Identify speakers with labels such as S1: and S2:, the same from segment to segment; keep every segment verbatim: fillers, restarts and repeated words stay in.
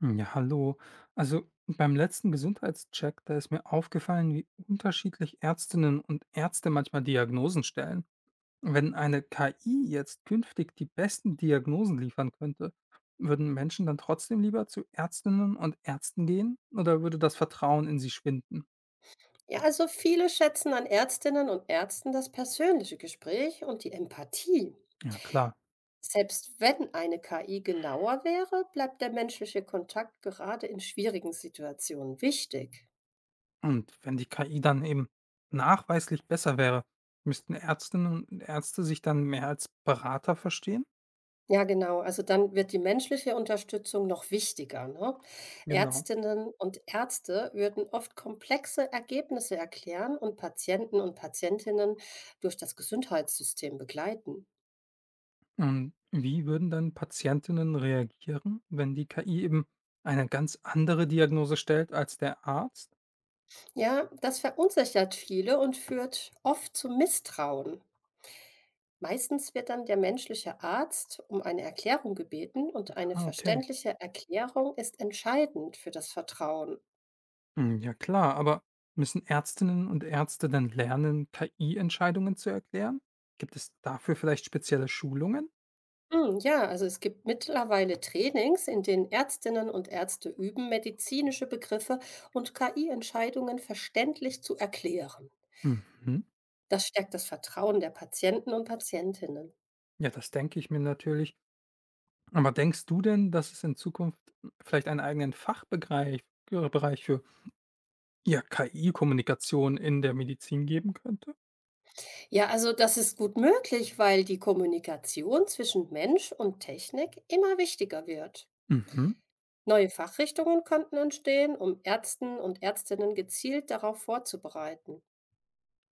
S1: Hm, ja, hallo. Also beim letzten Gesundheitscheck, da ist mir aufgefallen, wie unterschiedlich Ärztinnen und Ärzte manchmal Diagnosen stellen. Wenn eine K I jetzt künftig die besten Diagnosen liefern könnte, würden Menschen dann trotzdem lieber zu Ärztinnen und Ärzten gehen oder würde das Vertrauen in sie schwinden?
S2: Ja, also viele schätzen an Ärztinnen und Ärzten das persönliche Gespräch und die Empathie.
S1: Ja, klar.
S2: Selbst wenn eine K I genauer wäre, bleibt der menschliche Kontakt gerade in schwierigen Situationen wichtig.
S1: Und wenn die K I dann eben nachweislich besser wäre, müssten Ärztinnen und Ärzte sich dann mehr als Berater verstehen?
S2: Ja, genau. Also dann wird die menschliche Unterstützung noch wichtiger. Ne?
S1: Genau.
S2: Ärztinnen und Ärzte würden oft komplexe Ergebnisse erklären und Patienten und Patientinnen durch das Gesundheitssystem begleiten.
S1: Und wie würden dann Patientinnen reagieren, wenn die K I eben eine ganz andere Diagnose stellt als der Arzt?
S2: Ja, das verunsichert viele und führt oft zu Misstrauen. Meistens wird dann der menschliche Arzt um eine Erklärung gebeten und eine
S1: Ah, okay.
S2: verständliche Erklärung ist entscheidend für das Vertrauen.
S1: Hm, ja klar, aber müssen Ärztinnen und Ärzte dann lernen, K I-Entscheidungen zu erklären? Gibt es dafür vielleicht spezielle Schulungen?
S2: Hm, ja, also es gibt mittlerweile Trainings, in denen Ärztinnen und Ärzte üben, medizinische Begriffe und K I-Entscheidungen verständlich zu erklären.
S1: Mhm.
S2: Das stärkt das Vertrauen der Patienten und Patientinnen.
S1: Ja, das denke ich mir natürlich. Aber denkst du denn, dass es in Zukunft vielleicht einen eigenen Fachbereich äh, Bereich für ja, K I-Kommunikation in der Medizin geben könnte?
S2: Ja, also das ist gut möglich, weil die Kommunikation zwischen Mensch und Technik immer wichtiger wird.
S1: Mhm.
S2: Neue Fachrichtungen könnten entstehen, um Ärzten und Ärztinnen gezielt darauf vorzubereiten.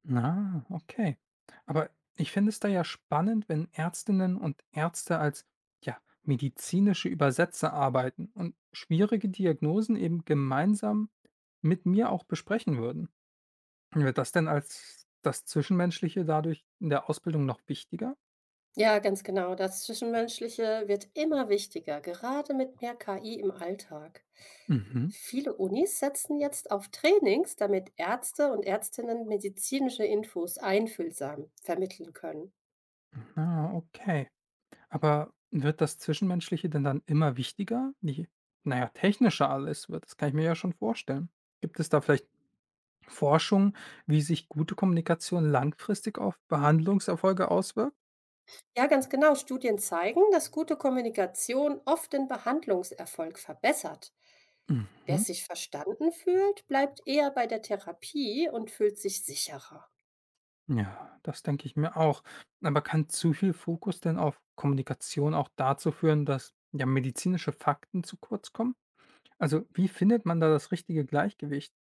S1: Na okay. Aber ich finde es da ja spannend, wenn Ärztinnen und Ärzte als ja, medizinische Übersetzer arbeiten und schwierige Diagnosen eben gemeinsam mit mir auch besprechen würden. Wird das denn als das Zwischenmenschliche dadurch in der Ausbildung noch wichtiger?
S2: Ja, ganz genau. Das Zwischenmenschliche wird immer wichtiger, gerade mit mehr K I im Alltag.
S1: Mhm.
S2: Viele Unis setzen jetzt auf Trainings, damit Ärzte und Ärztinnen medizinische Infos einfühlsam vermitteln können.
S1: Ah, okay. Aber wird das Zwischenmenschliche denn dann immer wichtiger, die naja, technischer alles wird, das kann ich mir ja schon vorstellen. Gibt es da vielleicht Forschung, wie sich gute Kommunikation langfristig auf Behandlungserfolge auswirkt?
S2: Ja, ganz genau. Studien zeigen, dass gute Kommunikation oft den Behandlungserfolg verbessert. Wer
S1: Mhm.
S2: sich verstanden fühlt, bleibt eher bei der Therapie und fühlt sich sicherer.
S1: Ja, das denke ich mir auch. Aber kann zu viel Fokus denn auf Kommunikation auch dazu führen, dass ja medizinische Fakten zu kurz kommen? Also, wie findet man da das richtige Gleichgewicht?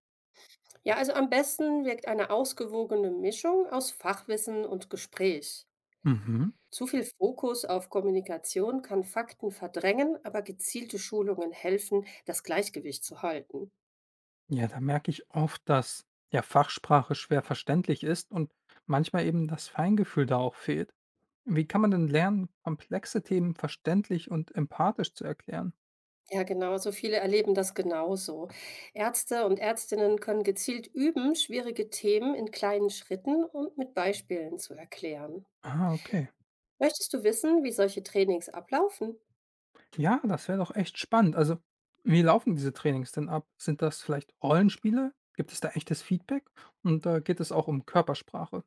S2: Ja, also am besten wirkt eine ausgewogene Mischung aus Fachwissen und Gespräch.
S1: Mhm.
S2: Zu viel Fokus auf Kommunikation kann Fakten verdrängen, aber gezielte Schulungen helfen, das Gleichgewicht zu halten.
S1: Ja, da merke ich oft, dass ja Fachsprache schwer verständlich ist und manchmal eben das Feingefühl da auch fehlt. Wie kann man denn lernen, komplexe Themen verständlich und empathisch zu erklären?
S2: Ja, genau, so viele erleben das genauso. Ärzte und Ärztinnen können gezielt üben, schwierige Themen in kleinen Schritten und mit Beispielen zu erklären.
S1: Ah, okay.
S2: Möchtest du wissen, wie solche Trainings ablaufen?
S1: Ja, das wäre doch echt spannend. Also, wie laufen diese Trainings denn ab? Sind das vielleicht Rollenspiele? Gibt es da echtes Feedback? Und da geht es auch um Körpersprache.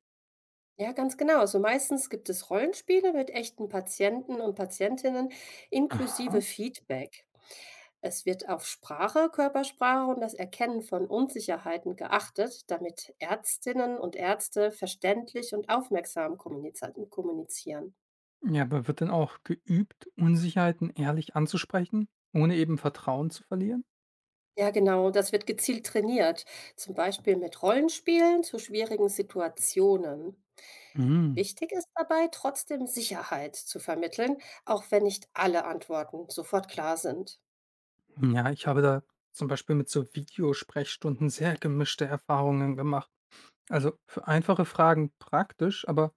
S2: Ja, ganz genau. Also meistens gibt es Rollenspiele mit echten Patienten und Patientinnen inklusive
S1: Aha.
S2: Feedback. Es wird auf Sprache, Körpersprache und das Erkennen von Unsicherheiten geachtet, damit Ärztinnen und Ärzte verständlich und aufmerksam kommuniz- kommunizieren.
S1: Ja, aber wird denn auch geübt, Unsicherheiten ehrlich anzusprechen, ohne eben Vertrauen zu verlieren?
S2: Ja, genau, das wird gezielt trainiert, zum Beispiel mit Rollenspielen zu schwierigen Situationen.
S1: Mhm.
S2: Wichtig ist dabei, trotzdem Sicherheit zu vermitteln, auch wenn nicht alle Antworten sofort klar sind.
S1: Ja, ich habe da zum Beispiel mit so Videosprechstunden sehr gemischte Erfahrungen gemacht. Also für einfache Fragen praktisch, aber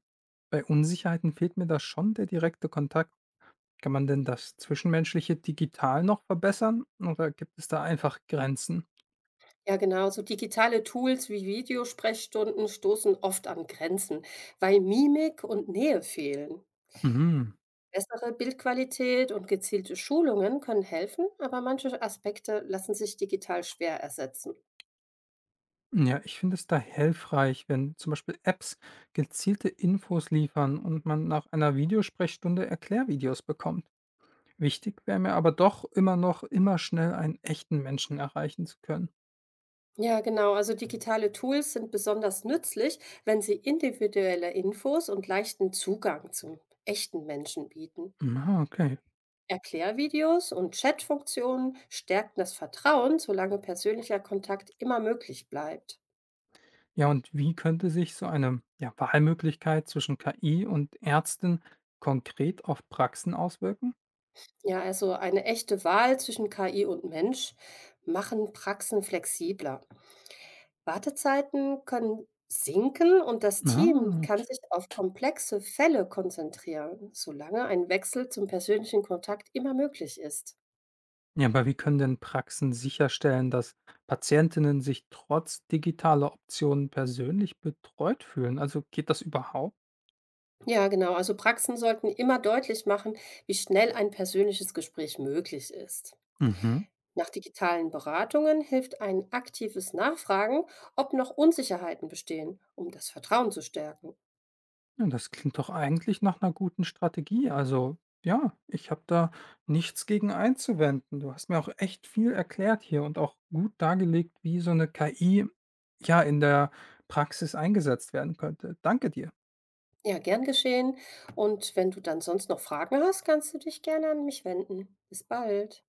S1: bei Unsicherheiten fehlt mir da schon der direkte Kontakt. Kann man denn das Zwischenmenschliche digital noch verbessern oder gibt es da einfach Grenzen?
S2: Ja, genau, so digitale Tools wie Videosprechstunden stoßen oft an Grenzen, weil Mimik und Nähe fehlen.
S1: Mhm.
S2: Bessere Bildqualität und gezielte Schulungen können helfen, aber manche Aspekte lassen sich digital schwer ersetzen.
S1: Ja, ich finde es da hilfreich, wenn zum Beispiel Apps gezielte Infos liefern und man nach einer Videosprechstunde Erklärvideos bekommt. Wichtig wäre mir aber doch immer noch, immer schnell einen echten Menschen erreichen zu können.
S2: Ja, genau. Also digitale Tools sind besonders nützlich, wenn sie individuelle Infos und leichten Zugang zum echten Menschen bieten.
S1: Ah, okay.
S2: Erklärvideos und Chatfunktionen stärken das Vertrauen, solange persönlicher Kontakt immer möglich bleibt.
S1: Ja, und wie könnte sich so eine ja, Wahlmöglichkeit zwischen K I und Ärzten konkret auf Praxen auswirken?
S2: Ja, also eine echte Wahl zwischen K I und Mensch machen Praxen flexibler. Wartezeiten können sinken und das Team
S1: Ah.
S2: kann sich auf komplexe Fälle konzentrieren, solange ein Wechsel zum persönlichen Kontakt immer möglich ist.
S1: Ja, aber wie können denn Praxen sicherstellen, dass Patientinnen sich trotz digitaler Optionen persönlich betreut fühlen? Also geht das überhaupt?
S2: Ja, genau. Also Praxen sollten immer deutlich machen, wie schnell ein persönliches Gespräch möglich ist.
S1: Mhm.
S2: Nach digitalen Beratungen hilft ein aktives Nachfragen, ob noch Unsicherheiten bestehen, um das Vertrauen zu stärken.
S1: Ja, das klingt doch eigentlich nach einer guten Strategie. Also ja, ich habe da nichts gegen einzuwenden. Du hast mir auch echt viel erklärt hier und auch gut dargelegt, wie so eine K I ja in der Praxis eingesetzt werden könnte. Danke dir.
S2: Ja, gern geschehen. Und wenn du dann sonst noch Fragen hast, kannst du dich gerne an mich wenden. Bis bald.